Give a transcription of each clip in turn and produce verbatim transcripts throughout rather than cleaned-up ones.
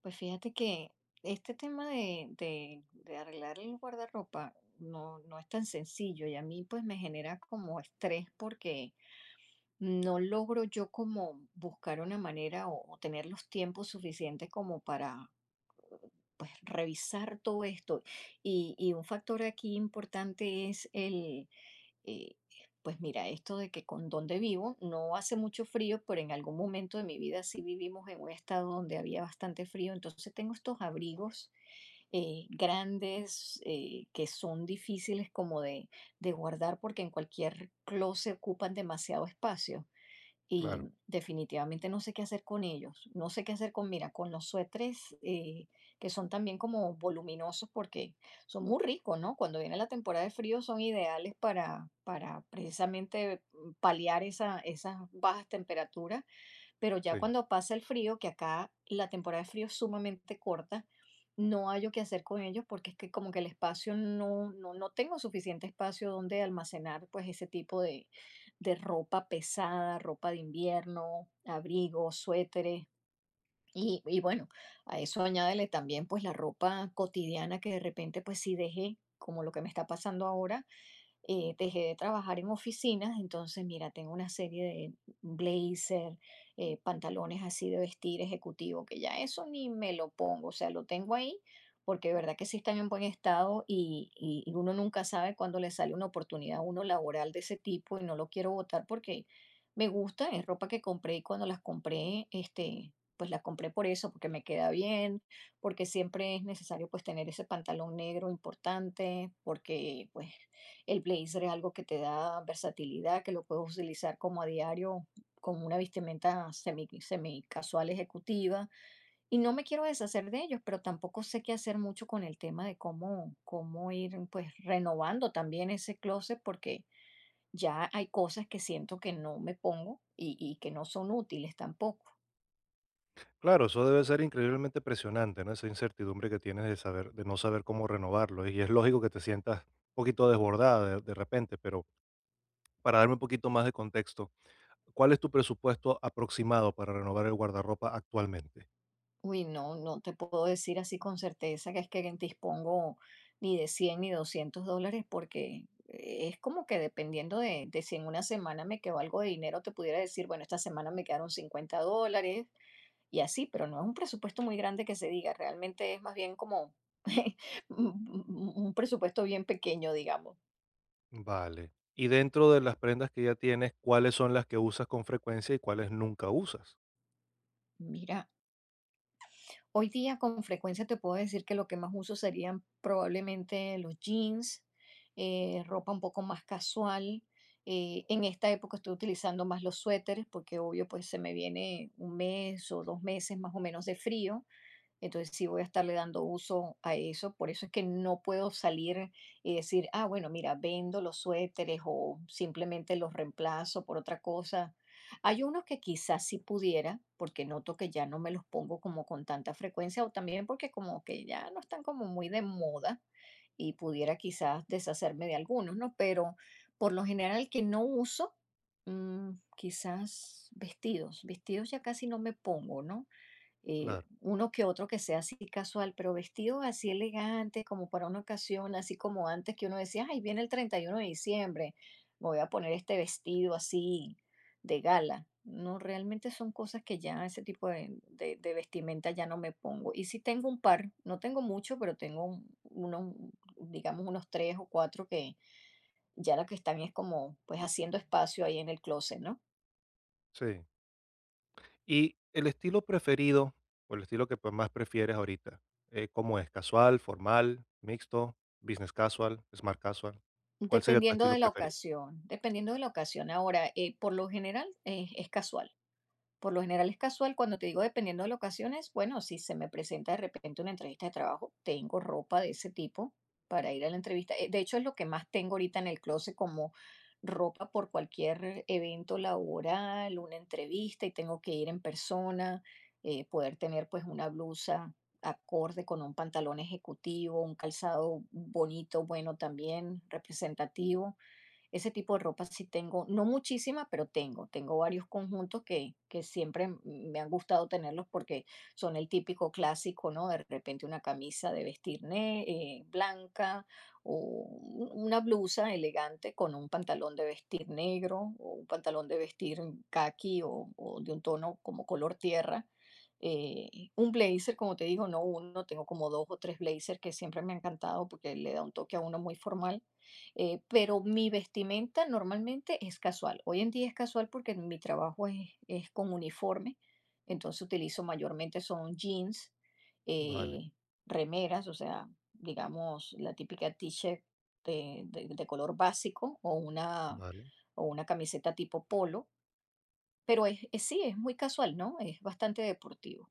Pues fíjate que este tema de, de- de arreglar el guardarropa no, no es tan sencillo y a mí pues me genera como estrés porque no logro yo como buscar una manera o, o tener los tiempos suficientes como para pues revisar todo esto. Y, y un factor aquí importante es el eh, pues mira, esto de que con donde vivo no hace mucho frío, pero en algún momento de mi vida sí vivimos en un estado donde había bastante frío, entonces tengo estos abrigos eh, grandes eh, que son difíciles como de, de guardar porque en cualquier closet ocupan demasiado espacio. Y Claro, definitivamente no sé qué hacer con ellos. No sé qué hacer con, mira, con los suéteres eh, que son también como voluminosos porque son muy ricos, ¿no? Cuando viene la temporada de frío son ideales para, para precisamente mm, paliar esa, esas bajas temperaturas, pero ya sí. cuando pasa el frío, que acá la temporada de frío es sumamente corta, no hallo que hacer con ellos porque es que como que el espacio no, no, no tengo suficiente espacio donde almacenar pues ese tipo de, de ropa pesada, ropa de invierno, abrigos, suéteres. Y, y bueno, a eso añádele también pues la ropa cotidiana que de repente pues sí dejé, como lo que me está pasando ahora, eh, dejé de trabajar en oficinas, entonces mira, tengo una serie de blazer, eh, pantalones así de vestir ejecutivo, que ya eso ni me lo pongo, o sea, lo tengo ahí porque de verdad que sí están en buen estado y, y- y uno nunca sabe cuándo le sale una oportunidad a uno laboral de ese tipo y no lo quiero votar porque me gusta, es ropa que compré y cuando las compré, este, pues las compré por eso, porque me queda bien, porque siempre es necesario pues tener ese pantalón negro importante, porque pues el blazer es algo que te da versatilidad, que lo puedes utilizar como a diario, como una vestimenta semi, semi casual ejecutiva. Y no me quiero deshacer de ellos, pero tampoco sé qué hacer mucho con el tema de cómo, cómo ir pues renovando también ese closet, porque ya hay cosas que siento que no me pongo y, y que no son útiles tampoco. Claro, eso debe ser increíblemente presionante, ¿no? Esa incertidumbre que tienes de saber, de no saber cómo renovarlo. Y es lógico que te sientas un poquito desbordada de, de repente, pero para darme un poquito más de contexto, ¿cuál es tu presupuesto aproximado para renovar el guardarropa actualmente? Uy, no, no te puedo decir así con certeza que es que dispongo ni de cien ni doscientos dólares porque eh, es como que dependiendo de, de si en una semana me quedó algo de dinero, te pudiera decir, bueno, esta semana me quedaron cincuenta dólares y así, pero no es un presupuesto muy grande que se diga, realmente es más bien como un un- un presupuesto bien pequeño, digamos. Vale. Y dentro de las prendas que ya tienes, ¿cuáles son las que usas con frecuencia y cuáles nunca usas? Mira, hoy día con frecuencia te puedo decir que lo que más uso serían probablemente los jeans, eh, ropa un poco más casual. Eh, en esta época estoy utilizando más los suéteres porque obvio pues se me viene un mes o dos meses más o menos de frío. Entonces sí voy a estarle dando uso a eso, por eso es que no puedo salir y decir, ah, bueno, mira, vendo los suéteres o simplemente los reemplazo por otra cosa. Hay unos que quizás sí pudiera, porque noto que ya no me los pongo como con tanta frecuencia o también porque como que ya no están como muy de moda y pudiera quizás deshacerme de algunos, ¿no? Pero por lo general que no uso, mm, quizás vestidos, vestidos ya casi no me pongo, ¿no? eh, Claro, uno que otro que sea así casual, pero vestido así elegante, como para una ocasión, así como antes que uno decía, ay, viene el treinta y uno de diciembre, me voy a poner este vestido así de gala. No, realmente son cosas que ya ese tipo de, de- de vestimenta ya no me pongo. Y sí tengo un par, no tengo mucho, pero tengo un- unos, digamos, unos tres o cuatro que ya la que están es como pues haciendo espacio ahí en el closet, ¿no? sí. Y el estilo preferido, o el estilo que pues, más prefieres ahorita, eh, ¿cómo es? ¿Casual, formal, mixto, business casual, smart casual? ¿Cuál sería tu Dependiendo estilo de la preferido? ocasión, dependiendo de la ocasión. Ahora, eh, por lo general, eh, es casual. Por lo general es casual, cuando te digo dependiendo de las ocasiones, bueno, si se me presenta de repente una entrevista de trabajo, tengo ropa de ese tipo para ir a la entrevista. Eh, De hecho, es lo que más tengo ahorita en el closet como ropa por cualquier evento laboral, una entrevista y tengo que ir en persona, eh, poder tener pues una blusa acorde con un pantalón ejecutivo, un calzado bonito, bueno también, representativo, ese tipo de ropa sí tengo, no muchísima, pero tengo. Tengo varios conjuntos que, que siempre m- me han gustado tenerlos porque son el típico clásico, ¿no? De repente una camisa de vestir ne- eh, blanca o un- una blusa elegante con un pantalón de vestir negro o un pantalón de vestir caqui o, o de un tono como color tierra. Eh, un blazer, como te digo, no uno, tengo como dos o tres blazers que siempre me han encantado porque le da un toque a uno muy formal. Eh, pero mi vestimenta normalmente es casual. Hoy en día es casual porque mi trabajo es, es con uniforme, entonces utilizo mayormente son jeans, Vale, eh, remeras, o sea, digamos la típica t-shirt de, de- de color básico o una, vale. o una camiseta tipo polo, pero es, es- sí, es muy casual, ¿no? Es bastante deportivo.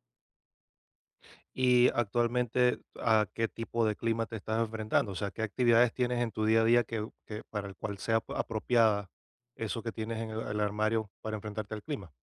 Y actualmente, ¿a qué tipo de clima te estás enfrentando? O sea, ¿qué actividades tienes en tu día a día que, que para el cual sea ap- apropiada eso que tienes en el, el armario para enfrentarte al clima?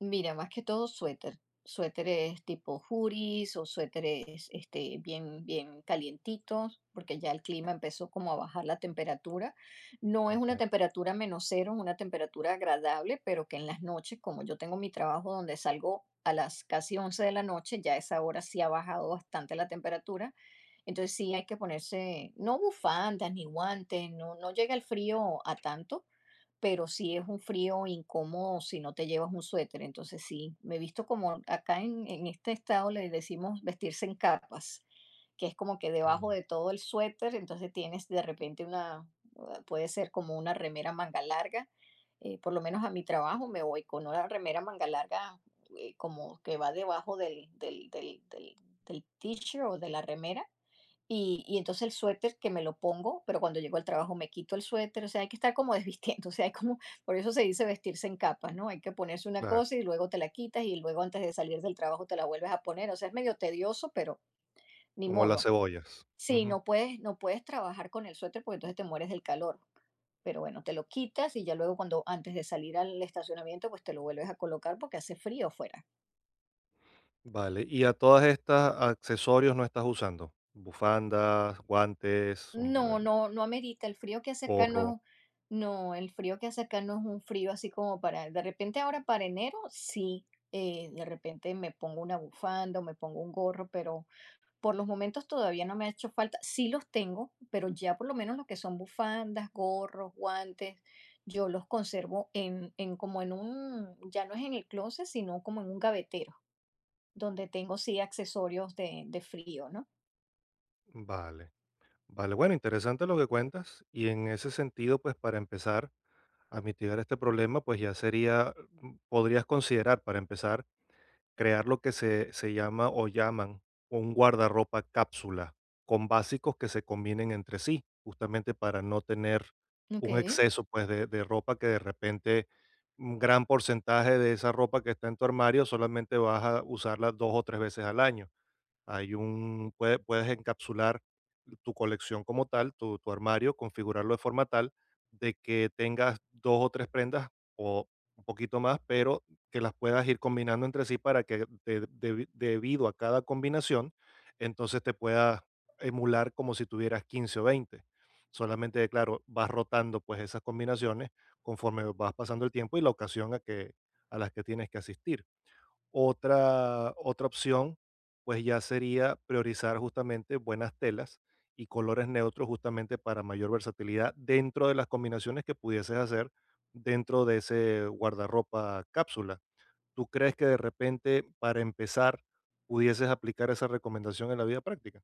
Mira, más que todo suéter, suéteres tipo hoodies o suéteres este, bien, bien calientitos, porque ya el clima empezó como a bajar la temperatura. No es Ok, una temperatura menos cero, es una temperatura agradable, pero que en las noches, como yo tengo mi trabajo donde salgo a las casi once de la noche, ya a esa hora sí ha bajado bastante la temperatura. Entonces sí hay que ponerse, no bufandas ni guantes, no, no llega el frío a tanto, pero sí es un frío incómodo si no te llevas un suéter. Entonces sí, me he visto como acá en, en este estado le decimos vestirse en capas, que es como que debajo mm, de todo el suéter, entonces tienes de repente una, uh, puede ser como una remera manga larga. Eh, por lo menos a mi trabajo me voy con una remera manga larga, eh, como que va debajo del, del, del, del, del t-shirt o de la remera, y, y entonces el suéter que me lo pongo, pero cuando llego al trabajo me quito el suéter, o sea, hay que estar como desvistiendo, o sea, hay como, por eso se dice vestirse en capas, ¿no? Hay que ponerse una Claro, cosa y luego te la quitas y luego antes de salir del trabajo te la vuelves a poner, o sea, es medio tedioso, pero ni como las modo. cebollas. Sí, no puedes, no puedes trabajar con el suéter porque entonces te mueres del calor, pero bueno, te lo quitas y ya luego cuando antes de salir al estacionamiento, pues te lo vuelves a colocar porque hace frío afuera. Vale, y a todas estas accesorios no estás usando, bufandas, guantes, um, No, eh, no, no amerita. El frío que hace acá no es gorro, un, no, el frío que hace acá no es un frío así como para, de repente ahora para enero, sí, eh, de repente me pongo una bufanda o me pongo un gorro, pero por los momentos todavía no me ha hecho falta. Sí los tengo, pero ya por lo menos lo que son bufandas, gorros, guantes, yo los conservo en, en como en un, ya no es en el closet, sino como en un gavetero, donde tengo sí accesorios de, de frío, ¿no? vale, vale, bueno, interesante lo que cuentas y en ese sentido, pues para empezar a mitigar este problema, pues ya sería, mm, podrías considerar para empezar crear lo que se, se llama o llaman un guardarropa cápsula con básicos que se combinen entre sí, justamente para no tener Ok. un exceso pues de, de ropa que de repente un gran porcentaje de esa ropa que está en tu armario solamente vas a usarla dos o tres veces al año. Hay un puede- puedes encapsular tu colección como tal, tu, tu armario, configurarlo de forma tal de que tengas dos o tres prendas o un poquito más, pero que las puedas ir combinando entre sí para que de- debi- debido a cada combinación, entonces te puedas emular como si tuvieras quince o veinte. Solamente, claro, vas rotando pues esas combinaciones conforme vas pasando el tiempo y la ocasión a que a las que tienes que asistir. Otra, otra opción, pues ya sería priorizar justamente buenas telas y colores neutros justamente para mayor versatilidad dentro de las combinaciones que pudieses hacer dentro de ese guardarropa cápsula. ¿Tú crees que de repente para empezar pudieses aplicar esa recomendación en la vida práctica?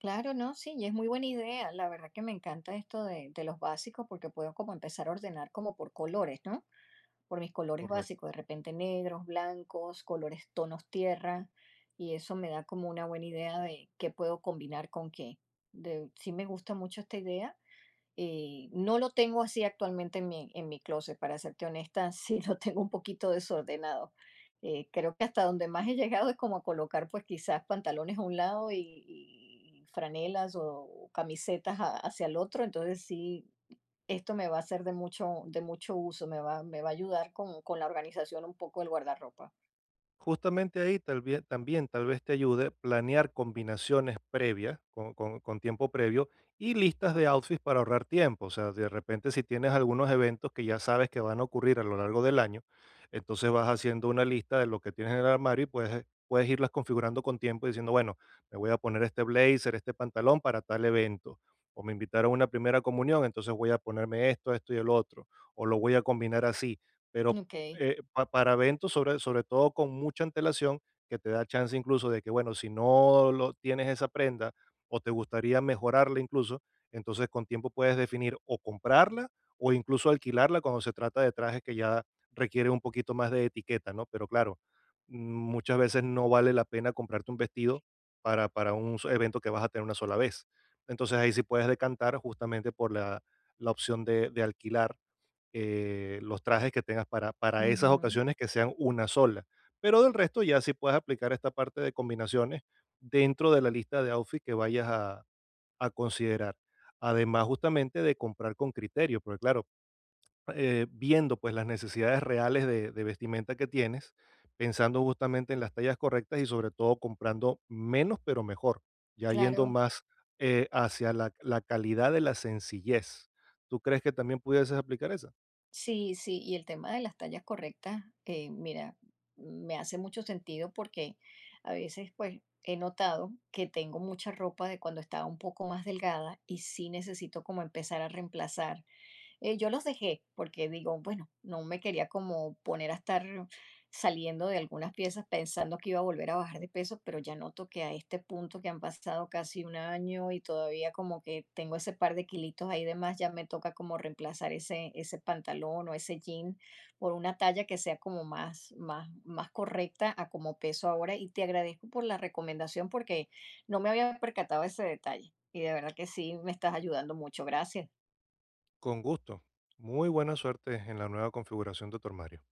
Claro, no, sí, y es muy buena idea. La verdad que me encanta esto de, de los básicos porque puedo como empezar a ordenar como por colores, ¿no? Por mis colores Correcto. básicos, de repente negros, blancos, colores tonos tierra, y eso me da como una buena idea de qué puedo combinar con qué. De, sí me gusta mucho esta idea, eh, no lo tengo así actualmente en mi, en mi closet, para serte honesta, sí lo tengo un poquito desordenado. Eh, creo que hasta donde más he llegado es como a colocar pues quizás pantalones a un lado, y, y franelas o camisetas a- hacia el otro. Entonces sí, esto me va a ser de mucho, de mucho uso, me va, me va a ayudar con, con la organización un poco del guardarropa. Justamente ahí tal vie- también tal vez te ayude planear combinaciones previas, con, con- con tiempo previo, y listas de outfits para ahorrar tiempo. O sea, de repente si tienes algunos eventos que ya sabes que van a ocurrir a lo largo del año, entonces vas haciendo una lista de lo que tienes en el armario y puedes, puedes irlas configurando con tiempo diciendo, bueno, me voy a poner este blazer, este pantalón para tal evento. O me invitaron a una primera comunión, entonces voy a ponerme esto, esto y el otro. O lo voy a combinar así. Pero Ok. eh, pa para eventos, sobre sobre todo con mucha antelación, que te da chance incluso de que, bueno, si no lo tienes esa prenda o te gustaría mejorarla incluso, entonces con tiempo puedes definir o comprarla o incluso alquilarla cuando se trata de trajes que ya requiere un poquito más de etiqueta, ¿no? Pero claro, mm, muchas veces no vale la pena comprarte un vestido para para un so evento que vas a tener una sola vez. Entonces, ahí sí puedes decantar justamente por la la opción de de alquilar eh, los trajes que tengas para, para esas Ujú. ocasiones que sean una sola. Pero del resto ya sí puedes aplicar esta parte de combinaciones dentro de la lista de outfits que vayas a, a considerar. Además justamente de comprar con criterio, porque claro, eh, viendo pues las necesidades reales de, de vestimenta que tienes, pensando justamente en las tallas correctas y sobre todo comprando menos pero mejor, ya yendo Claro. más eh, hacia la, la calidad de la sencillez. ¿Tú crees que también pudieses aplicar esa? Sí, sí, y el tema de las tallas correctas, eh, mira, me hace mucho sentido porque a veces pues he notado que tengo mucha ropa de cuando estaba un poco más delgada y sí necesito como empezar a reemplazar, eh, yo los dejé porque digo, bueno, no me quería como poner a estar saliendo de algunas piezas pensando que iba a volver a bajar de peso, pero ya noto que a este punto que han pasado casi un año y todavía como que tengo ese par de kilitos ahí de más, ya me toca como reemplazar ese, ese pantalón o ese jean por una talla que sea como más, más, más correcta a como peso ahora. Y te agradezco por la recomendación porque no me había percatado de ese detalle. Y de verdad que sí, me estás ayudando mucho. Gracias. Con gusto. Muy buena suerte en la nueva configuración de tu armario.